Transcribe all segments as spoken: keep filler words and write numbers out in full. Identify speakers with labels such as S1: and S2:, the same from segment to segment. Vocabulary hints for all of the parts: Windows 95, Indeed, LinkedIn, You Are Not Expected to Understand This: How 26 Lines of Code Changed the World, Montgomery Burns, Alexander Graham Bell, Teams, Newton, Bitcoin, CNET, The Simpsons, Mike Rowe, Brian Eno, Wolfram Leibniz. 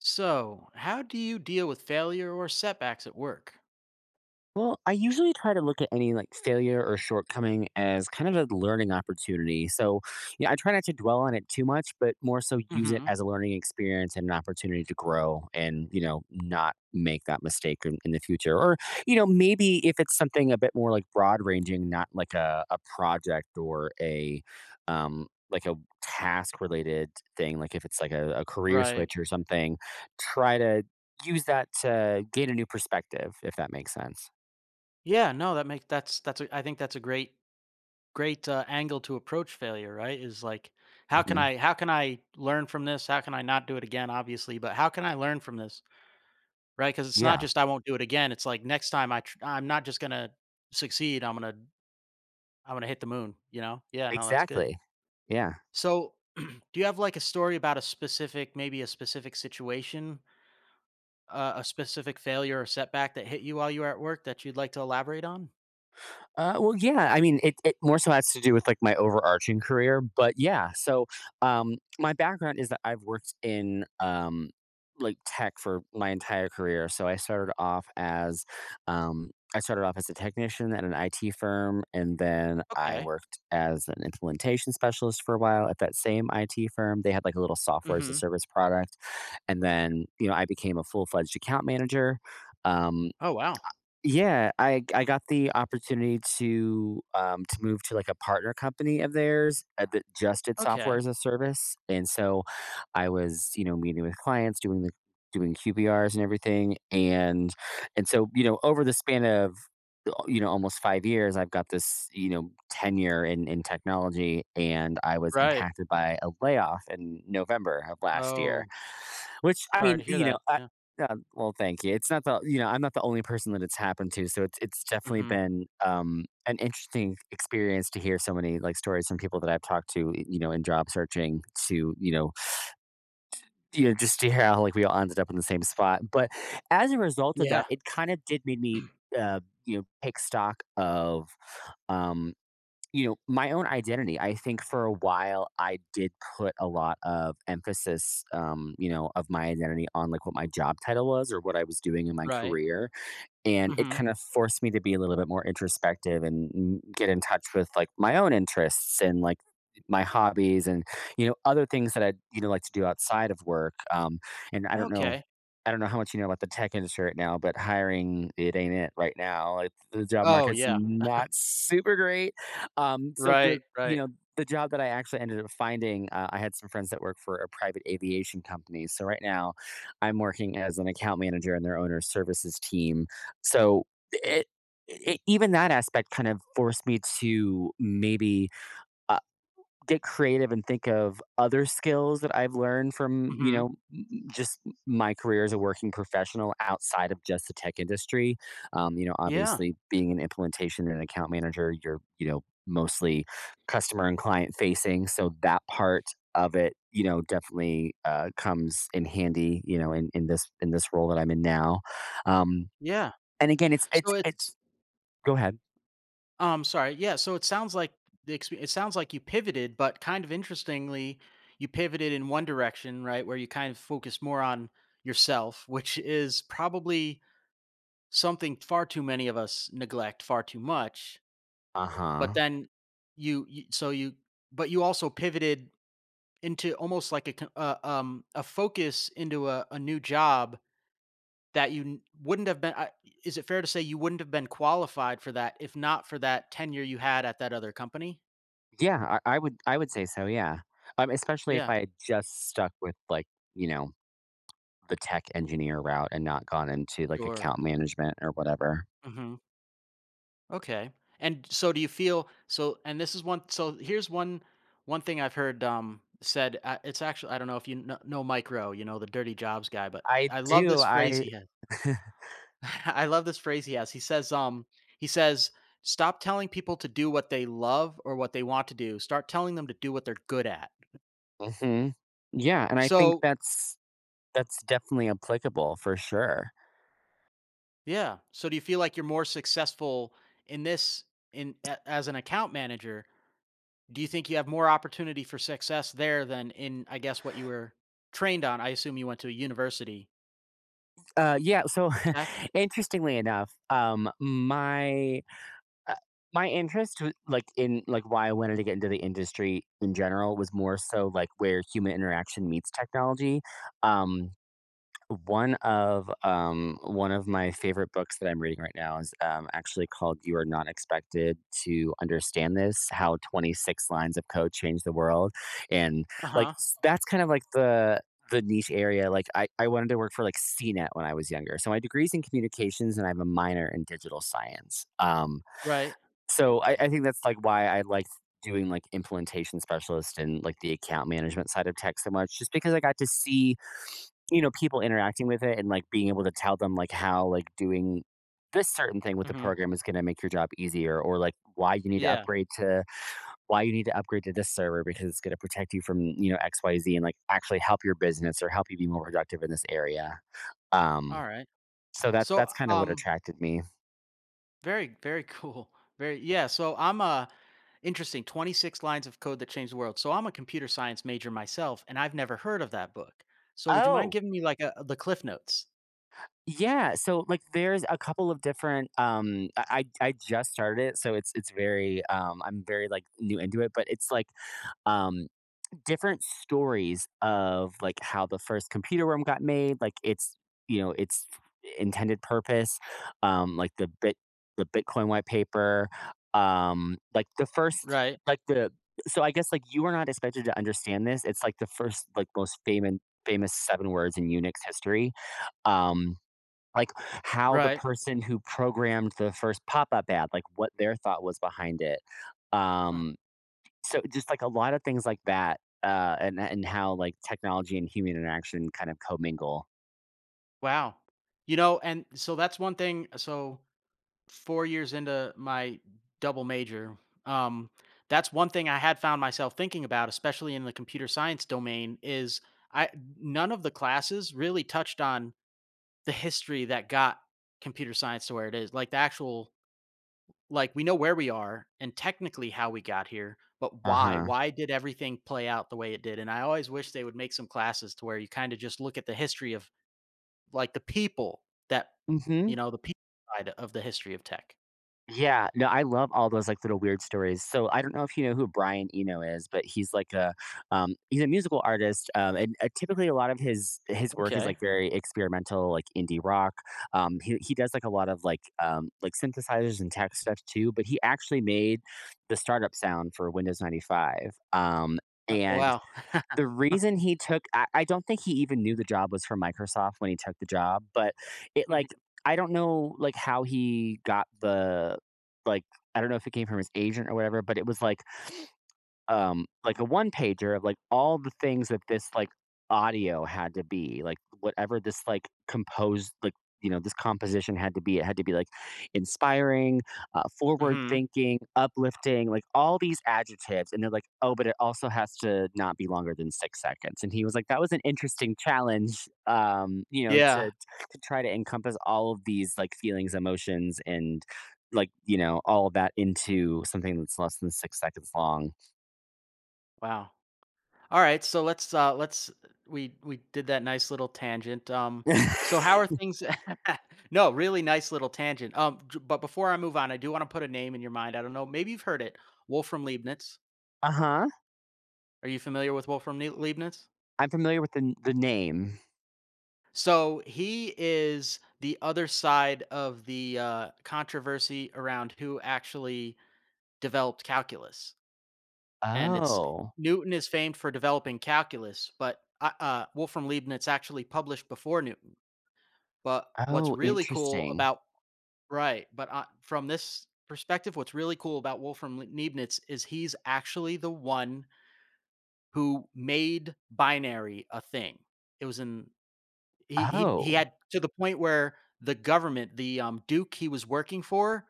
S1: So, how do you deal with failure or setbacks at work?
S2: Well, I usually try to look at any like failure or shortcoming as kind of a learning opportunity. So, yeah, I try not to dwell on it too much, but more so use it
S1: Hmm.
S2: as a learning experience and an opportunity to grow and, you know, not make that mistake in, in the future. Or, you know, maybe if it's something a bit more like broad ranging, not like a, a project or a, um, like a task related thing, like if it's like a, a career
S1: Right.
S2: switch or something, try to use that to gain a new perspective, if that makes sense.
S1: Yeah. No, that makes that's that's. A, I think that's a great great uh, angle to approach failure. Right. Is like how can
S2: Mhm.
S1: I how can I learn from this? How can I not do it again? Obviously, but how can I learn from this? Right. Because it's not
S2: Yeah,
S1: just I won't do it again. It's like next time I tr- I'm not just gonna succeed. I'm gonna I'm gonna hit the moon. You know. Yeah. No, that's good.
S2: exactly. Yeah.
S1: So. Do you have like a story about a specific, maybe a specific situation uh, a specific failure or setback that hit you while you were at work that you'd like to elaborate on?
S2: Uh, well, yeah. I mean, it, it more so has to do with like my overarching career, but yeah. So, um, my background is that I've worked in um, like tech for my entire career. So I started off as, um, I started off as a technician at an I T firm, and then I
S1: Okay.
S2: worked as an implementation specialist for a while at that same I T firm. They had like a little software as a
S1: Mhm.
S2: service product, and then you know I became a full fledged account manager. Um,
S1: Oh, wow.
S2: Yeah, I I got the opportunity to, um, to move to, like, a partner company of theirs, uh, that just did software
S1: Okay.
S2: as a service, and so I was, you know, meeting with clients, doing the doing Q B Rs and everything, and and so, you know, over the span of, uh, you know, almost five years, I've got this, you know, tenure in in technology, and I was
S1: Right.
S2: impacted by a layoff in November of last year,
S1: Oh,
S2: which, I
S1: sorry
S2: mean,
S1: to hear
S2: you
S1: that.
S2: know,
S1: Yeah.
S2: yeah, well, thank you. It's not the you know, I'm not the only person that it's happened to, so it's it's definitely
S1: Mhm.
S2: been, um, an interesting experience to hear so many, like, stories from people that I've talked to, y you know, in job searching to, you know you know, just to hear how, like, we all ended up in the same spot, but as a result of
S1: Yeah.
S2: that, it kinda did make me, uh, you know, take stock of, um you know, my own identity. I think for a while I did put a lot of emphasis, um, you know, of my identity on like what my job title was or what I was doing in my
S1: Right.
S2: career and it
S1: Mhm.
S2: kind of forced me to be a little bit more introspective and mm, get in touch with like my own interests and like my hobbies and you know other things that I you know like to do outside of work. Um, and I don't know,
S1: Okay.
S2: I don't know how much you know about the tech industry right now, but hiring it ain't it right now. Like the job
S1: Oh,
S2: market's
S1: yeah.
S2: not super great. Um, so the
S1: Right,
S2: you
S1: right.
S2: know the job that I actually ended up finding, uh, I had some friends that work for a private aviation company. So right now, I'm working as an account manager in their owner services team so it, it even that aspect kind of forced me to maybe uh, get creative and think of other skills that I've learned from you
S1: Mhm.
S2: know just my career as a working professional outside of just the tech industry. Um, you know,
S1: Yeah.
S2: obviously being an implementation and account manager, you're you know mostly customer and client facing, so that part of it you know definitely uh, comes in handy you know in, in this in this role that I'm in now, um,
S1: Yeah.
S2: and again it's it's
S1: So it's
S2: it's go ahead.
S1: um sorry. Yeah, so it sounds like the expe- it sounds like you pivoted, but kind of interestingly, you pivoted in one direction, right, where you kind of focus more on yourself, which is probably something far too many of us neglect far too much. But
S2: Uh-huh.
S1: then you, you so you but you also pivoted into almost like a co- uh, um a focus into a, a new job. That you n wouldn't have been I Is it fair to say you wouldn't have been qualified for that if not for that tenure you had at that other company?
S2: Yeah, I, I would I would say so, yeah. Um, especially if
S1: Yeah,
S2: I had just stuck with like, you know, the tech engineer route and not gone into like
S1: sure.
S2: account management or whatever.
S1: Mhm. Okay. And so do you feel so and this is one so here's one one thing I've heard, um, said, uh, it's actually I don't know if you kno know Mike Rowe, you know, the dirty jobs guy, but
S2: I
S1: I love
S2: do.
S1: this phrase
S2: I
S1: he has. I love this phrase he has. He says, um, he says, "Stop telling people to do what they love or what they want to do. Start telling them to do what they're good at."
S2: hmm. Yeah, and I think
S1: So.
S2: that's that's definitely applicable for sure.
S1: Yeah. So do you feel like you're more successful in this in a- as an account manager? Do you think you have more opportunity for success there than in I guess what you were trained on? I assume you went to a university
S2: Uh, yeah. So,
S1: for tech.
S2: interestingly enough, um, my Uh, my interest w like, in like, why I wanted to get into the industry in general was more so, like, where human interaction meets technology. Um, one of, um one of my favorite books that I'm reading right now is, um, actually called You Are Not Expected to Understand This: How twenty-six Lines of Code Changed the World, and, like,
S1: Uh-huh.
S2: s that's kind of like the the niche area, like, I I wanted to work for, like, C NET when I was younger, so my degree's in communications, and I have a minor in digital science. Um,
S1: Right.
S2: so I, I think that's like why I liked doing like implementation specialist and like the account management side of tech so much, just because I got to see, you know, people interacting with it and like being able to tell them like how like doing this certain thing with the
S1: Mhm.
S2: program is going to make your job easier or like why you need to
S1: Yeah.
S2: upgrade to why you need to upgrade to this server because it's going to protect you from you know xyz and like actually help your business or help you be more productive in this area.
S1: All
S2: um
S1: right.
S2: so that
S1: So
S2: that's kind of what
S1: um
S2: attracted me.
S1: very very cool. Very yeah, so I'm a interesting twenty-six lines of code that changed the world. So I'm a computer science major myself and I've never heard of that book. So would you mind
S2: Oh,
S1: giving me like a, the cliff notes?
S2: yeah, so, like, there's a couple of different, um I I I just started it, so it's it's very, um I'm very, like, new into it, but it's, like, um, different stories of, like, how the first computer room got made, like, its, you know, its intended purpose, um, like, the bit the Bitcoin white paper, um, like, the first
S1: Right.
S2: like, the so I guess, like, you are not expected to understand this, it's, like, the first, like, most famous famous seven words in Unix history, um like, how the
S1: Right.
S2: person who programmed the first pop-up ad, like, what their thought was behind it. Um, so just, like, a lot of things like that, uh, and and how, like, technology and human interaction kind of commingle.
S1: Wow. You know, and so that's one thing so four years into my double major, um, that's one thing I had found myself thinking about, especially in the computer science domain, is I none of the classes really touched on the history that got computer science to where it is. Like the actual like we know where we are and technically how we got here, but why?
S2: Uh-huh.
S1: Why did everything play out the way it did? And I always wish they would make some classes to where you kind of just look at the history of like the people that you
S2: Mhm.
S1: know, the people side of the history of tech.
S2: Yeah, no, I love all those like little weird stories. So I don't know if you know who Brian Eno is, but he's like a um, he's a musical artist, um, and uh, typically a lot of his his work is
S1: Okay.
S2: like very experimental, like indie rock. Um, he he does like a lot of like um, like synthesizers and tech stuff too. But he actually made the startup sound for Windows ninety five. Um,
S1: Uh, oh,
S2: and
S1: wow.
S2: the reason he took I, I don't think he even knew the job was for Microsoft when he took the job, but it like
S1: Mhm,
S2: I don't know like how he got the like, I don't know if it came from his agent or whatever, but it was like um, like a one pager of like all the things that this like audio had to be, like whatever this like composed, like, you know, this composition had to be. It had to be like inspiring, uh, forward
S1: mhm.
S2: thinking, uplifting, like all these adjectives. And they're like, oh, but it also has to not be longer than six seconds. And he was like, that was an interesting challenge, um, you know,
S1: Yeah.
S2: to, to try to encompass all of these like feelings, emotions, and like, you know, all of that into something that's less than six seconds long.
S1: Wow. Alright, so let's, uh, let's uh, we we did that nice little tangent, um, so how are things? No, really nice little tangent, um, j but before I move on, I do wanna put a name in your mind, I don't know, maybe you've heard it, Wolfram Leibniz.
S2: Uh-huh.
S1: Are you familiar with Wolfram Neu Leibniz?
S2: I'm familiar with the the name.
S1: So he is the other side of the, uh, controversy around who actually developed calculus, and it's
S2: Oh.
S1: Newton is famed for developing calculus, but uh, uh, Wolfram Leibniz actually published before Newton. But what's
S2: Oh,
S1: really cool
S2: interesting.
S1: about right, but uh, from this perspective, what's really cool about Wolfram Le- Leibniz is he's actually the one who made binary a thing. It was in he he he
S2: Oh,
S1: had to the point where the government, the um, duke he was working for,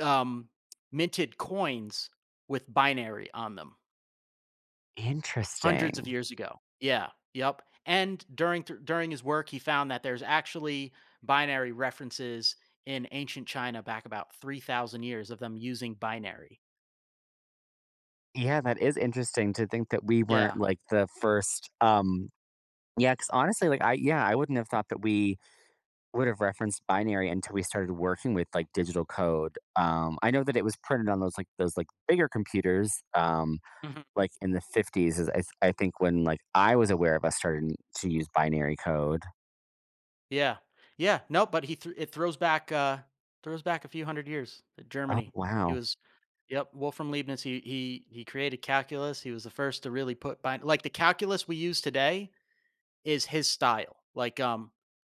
S1: um, minted coins with binary on them. Hundreds of
S2: interesting.
S1: years ago. Yeah, yep, and during th during his work, he found that there's actually binary references in ancient China back about three thousand years of them using binary.
S2: Yeah, that is interesting to think that we
S1: Yeah,
S2: weren't, like, the first, um yeah, because honestly, like, I yeah, I wouldn't have thought that we would have referenced binary until we started working with, like, digital code. Um, I know that it was printed on those, like those, like, bigger computers, um,
S1: mhm,
S2: like, in the fifties is I I think when, like, I was aware of us starting to use binary code.
S1: yeah, yeah, no, but he thr it throws back, uh, throws back a few hundred years to
S2: Oh,
S1: Germany. He
S2: wow.
S1: was yep, Wolfram Leibniz, he he he created calculus, he was the first to really put bin like, the calculus we use today is his style. Like um,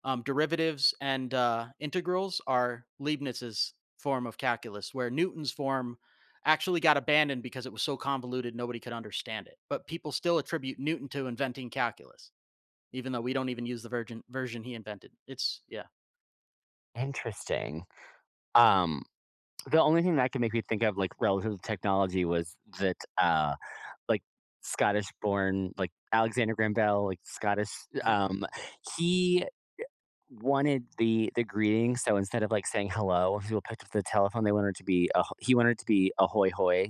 S1: um, derivatives and uh, integrals are Leibniz's form of calculus, where Newton's form actually got abandoned because it was so convoluted nobody could understand it. But people still attribute Newton to inventing calculus, even though we don't even use the virgin version he invented. It's yeah.
S2: Interesting. Um, the only thing that could make me think of, like, relative to technology was that, uh, like, Scottish-born, like, Alexander Graham Bell, like, Scottish, um, he wanted the the greeting, so instead of, like, saying hello, when people picked up the telephone, they wanted it to be a he wanted it to be "ahoy hoy,"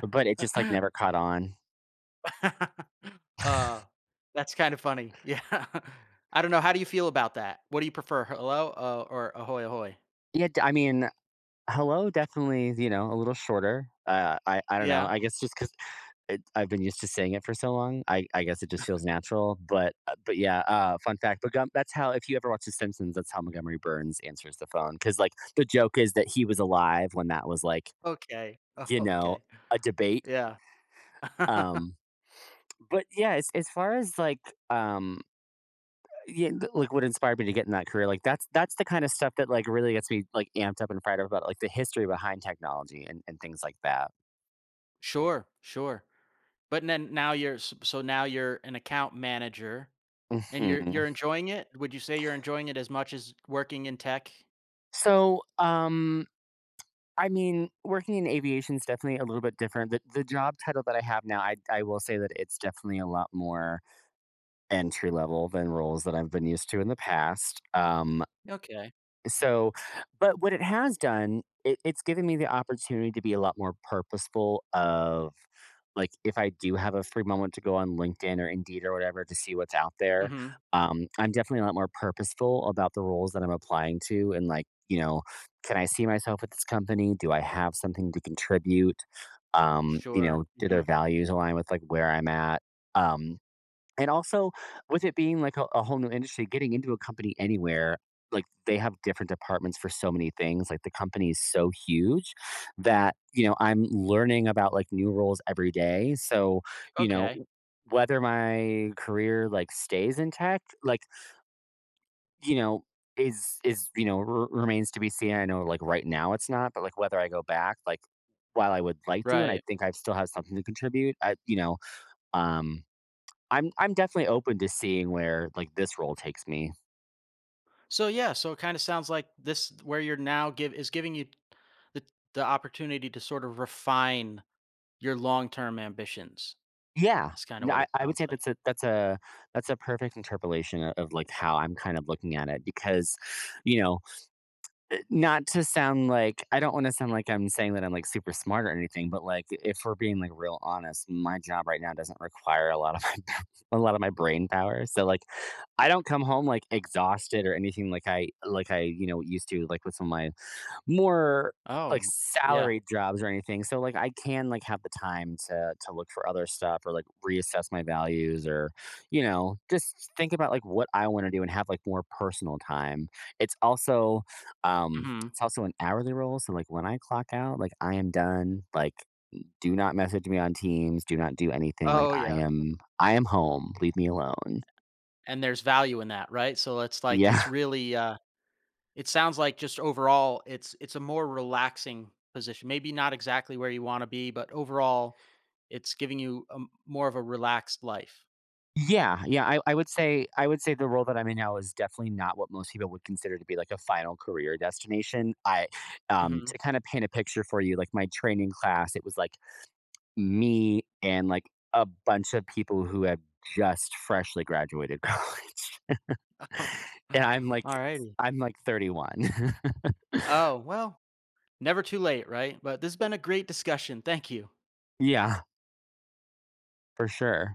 S2: but it just, like, never caught on.
S1: uh, that's kind of funny. Yeah. I don't know. How do you feel about that? What do you prefer, hello uh, or ahoy ahoy?
S2: Yeah, d I mean, hello definitely, you know, a little shorter. Uh, I I don't know,
S1: Yeah.
S2: I guess just because. It I've been used to saying it for so long. I I guess it just feels natural, but uh, but yeah, uh, fun fact, but gum that's how if you ever watch The Simpsons, that's how Montgomery Burns answers the phone. Because like, the joke is that he was alive when that was, like,
S1: Okay.
S2: you know,
S1: Okay.
S2: a debate,
S1: Yeah.
S2: um, but yeah, as as far as, like, um, yeah, th- like, what inspired me to get in that career, like, that's that's the kind of stuff that, like, really gets me, like, amped up and fired up about, like, the history behind technology and and things like that.
S1: Sure, sure. But then now you're s so now you're an account manager and you're
S2: Mhm.
S1: you're enjoying it? Would you say you're enjoying it as much as working in tech?
S2: So, um I mean, working in aviation is definitely a little bit different. The, the job title that I have now, I, I will say that it's definitely a lot more entry level than roles that I've been used to in the past. Um,
S1: Okay.
S2: so, but what it has done, it, it's given me the opportunity to be a lot more purposeful of like if I do have a free moment to go on LinkedIn or Indeed or whatever to see what's out there,
S1: Mhm.
S2: um, I'm definitely a lot more purposeful about the roles that I'm applying to and like, you know, can I see myself at this company? Do I have something to contribute? Um, you
S1: Sure.
S2: know, do their
S1: Mhm.
S2: values align with like where I'm at? Um, and also, with it being like a, a whole new industry, getting into a company anywhere, like they have different departments for so many things. Like the company is so huge that, you know, I'm learning about like new roles every day. So, you know,
S1: Okay.
S2: whether my career like stays in tech, like, you know, is is you know r- remains to be seen. I know like right now it's not, but like whether I go back, like while I would like to, and I
S1: Right.
S2: think I still have something to contribute. I you know um I'm I'm definitely open to seeing where, like, this role takes me.
S1: So, yeah, so it kinda sounds like this where you're now give is giving you the the opportunity to sort of refine your long-term ambitions
S2: Yeah.
S1: is kinda
S2: N
S1: what
S2: I
S1: it
S2: I would
S1: sounds
S2: say that's
S1: like.
S2: a that's a that's a perfect interpolation o of, like, how I'm kind of looking at it because, you know, uh, not to sound like I don't want to sound like I'm saying that I'm like super smart or anything, but like if we're being like real honest, my job right now doesn't require a lot of my a lot of my brain power. So like I don't come home like exhausted or anything like I like I, you know, used to like with some of my more like
S1: Oh, yeah.
S2: salaried jobs or anything. So like I can like have the time to to look for other stuff or like reassess my values or you know, just think about like what I want to do and have like more personal time. It's also um,
S1: Mhm.
S2: it's also an hourly role, so, like, when I clock out, like, I am done, like, do not message me on Teams, do not do anything, like,
S1: Oh,
S2: I
S1: yeah.
S2: am I am home, leave me alone.
S1: And there's value in that, right? So it's like it's
S2: Yeah.
S1: really uh it sounds like just overall it's it's a more relaxing position. Maybe not exactly where you want to be, but overall it's giving you a, m- more of a relaxed life.
S2: Yeah, yeah, I I would say I would say the role that I'm in now is definitely not what most people would consider to be, like, a final career destination. I um,
S1: Mhm.
S2: to kinda paint a picture for you, like, my training class, it was, like, me and, like, a bunch of people who had just freshly graduated college. And I'm like
S1: All righty.
S2: I'm like thirty-one.
S1: Oh, well, never too late, right? But this has been a great discussion. Thank you.
S2: Yeah, for sure.